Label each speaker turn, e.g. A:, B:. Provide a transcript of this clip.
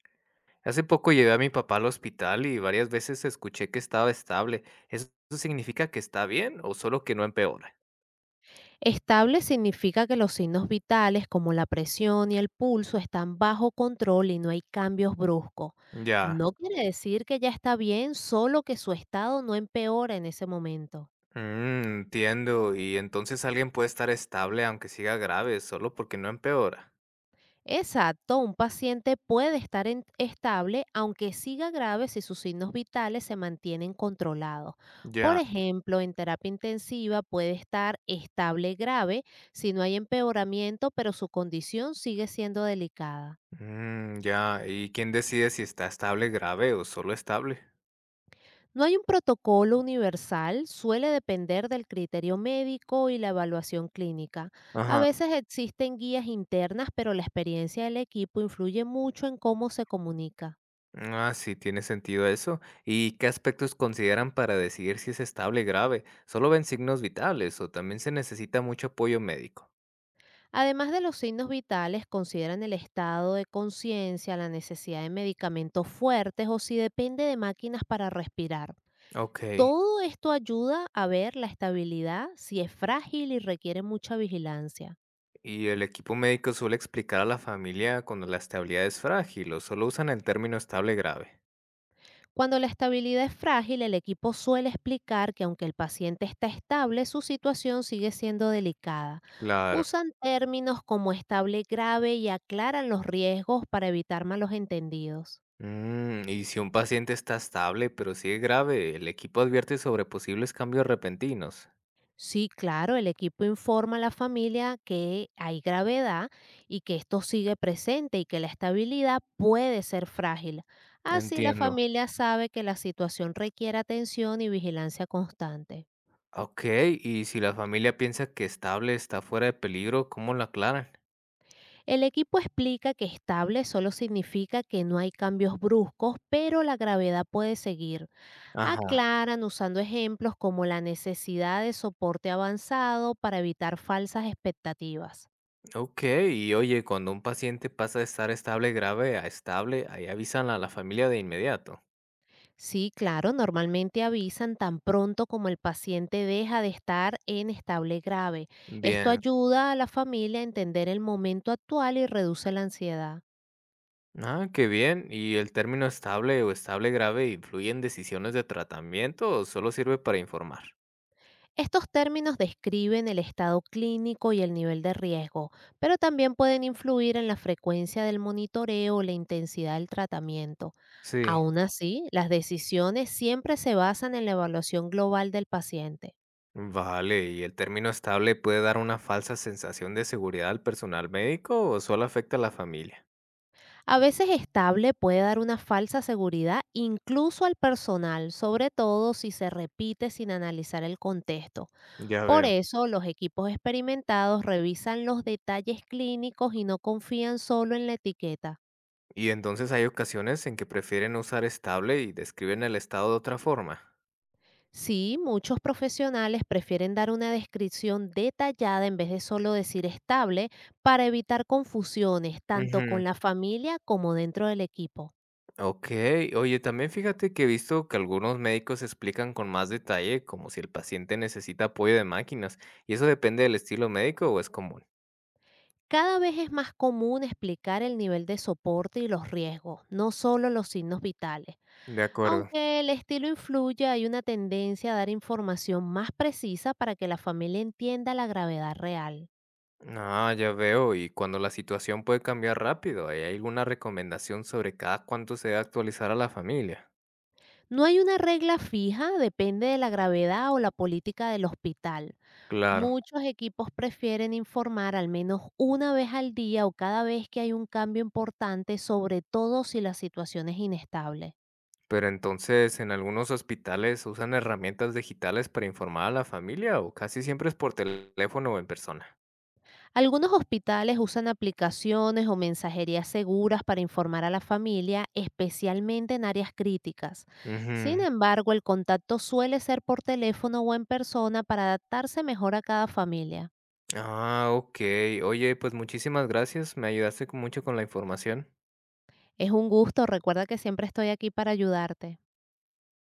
A: Hace poco llevé a mi papá al hospital y varias veces escuché que estaba estable. ¿Eso significa que está bien o solo que no empeora?
B: Estable significa que los signos vitales como la presión y el pulso están bajo control y no hay cambios bruscos.
A: Ya,
B: No quiere decir que ya está bien, solo que su estado no empeora en ese momento.
A: mm, entiendo. Y entonces alguien puede estar estable aunque siga grave, solo porque no empeora.
B: Exacto, un paciente puede estar estable aunque siga grave si sus signos vitales se mantienen controlados. Por
A: Ya,
B: ejemplo, en terapia intensiva puede estar estable grave si no hay empeoramiento, pero su condición sigue siendo delicada.
A: mm, ya. ¿Y quién decide si está estable, grave o solo estable?
B: No hay un protocolo universal, suele depender del criterio médico y la evaluación clínica. A
A: Ajá.
B: veces existen guías internas, pero la experiencia del equipo influye mucho en cómo se comunica.
A: Ah, sí, tiene sentido eso. ¿Y qué aspectos consideran para decidir si es estable, grave? ¿Solo ven signos vitales o también se necesita mucho apoyo médico?
B: Además de los signos vitales, consideran el estado de conciencia, la necesidad de medicamentos fuertes o si depende de máquinas para respirar.
A: Ok.
B: Todo esto ayuda a ver la estabilidad si es frágil y requiere mucha vigilancia.
A: ¿Y el equipo médico suele explicar a la familia cuando la estabilidad es frágil o solo usan el término estable grave?
B: Cuando la estabilidad es frágil, el equipo suele explicar que aunque el paciente está estable, su situación sigue siendo delicada.
A: Claro.
B: Usan términos como estable grave y aclaran los riesgos para evitar malos entendidos.
A: Y si un paciente está estable pero sigue grave, el equipo advierte sobre posibles cambios repentinos.
B: Sí, claro, el equipo informa a la familia que hay gravedad y que esto sigue presente y que la estabilidad puede ser frágil. Así la
A: Entiendo.
B: familia sabe que la situación requiere atención y vigilancia constante.
A: Ok, y si la familia piensa que estable está fuera de peligro, ¿cómo lo aclaran?
B: El equipo explica que estable solo significa que no hay cambios bruscos, pero la gravedad puede seguir.
A: Ajá.
B: Aclaran usando ejemplos como la necesidad de soporte avanzado para evitar falsas expectativas.
A: Ok, y oye, cuando un paciente pasa de estar estable grave a estable, ahí avisan a la familia de inmediato.
B: Sí, claro, normalmente avisan tan pronto como el paciente deja de estar en estable grave. Esto
A: Bien.
B: ayuda a la familia a entender el momento actual y reduce la ansiedad.
A: Ah, qué bien. ¿Y el término estable o estable grave influye en decisiones de tratamiento o solo sirve para informar?
B: Estos términos describen el estado clínico y el nivel de riesgo, pero también pueden influir en la frecuencia del monitoreo o la intensidad del tratamiento.
A: Sí.
B: Aún así, las decisiones siempre se basan en la evaluación global del paciente.
A: Vale, ¿y el término estable puede dar una falsa sensación de seguridad al personal médico o solo afecta a la familia?
B: A veces estable puede dar una falsa seguridad incluso al personal, sobre todo si se repite sin analizar el contexto.
A: Ya
B: Por
A: veo.
B: eso, los equipos experimentados revisan los detalles clínicos y no confían solo en la etiqueta.
A: ¿Y entonces hay ocasiones en que prefieren usar estable y describen el estado de otra forma?
B: Sí, muchos profesionales prefieren dar una descripción detallada en vez de solo decir estable para evitar confusiones tanto
A: Ujú.
B: con la familia como dentro del equipo.
A: Okey. Oye, también fíjate que he visto que algunos médicos explican con más detalle como si el paciente necesita apoyo de máquinas, ¿y eso depende del estilo médico o es común?
B: Cada vez es más común explicar el nivel de soporte y los riesgos, no solo los signos vitales.
A: De acuerdo.
B: Aunque el estilo influya, hay una tendencia a dar información más precisa para que la familia entienda la gravedad real.
A: Ah, ya veo. Y cuando la situación puede cambiar rápido, ¿hay alguna recomendación sobre cada cuánto se debe actualizar a la familia?
B: No hay una regla fija, depende de la gravedad o la política del hospital.
A: Claro.
B: Muchos equipos prefieren informar al menos una vez al día o cada vez que hay un cambio importante, sobre todo si la situación es inestable.
A: Pero entonces, ¿en algunos hospitales usan herramientas digitales para informar a la familia o casi siempre es por teléfono o en persona?
B: Algunos hospitales usan aplicaciones o mensajerías seguras para informar a la familia, especialmente en áreas críticas. Sin
A: Ujú.
B: embargo, el contacto suele ser por teléfono o en persona para adaptarse mejor a cada familia.
A: Ah, okey. Oye, pues muchísimas gracias, me ayudaste con mucho con la información.
B: Es un gusto, recuerda que siempre estoy aquí para ayudarte.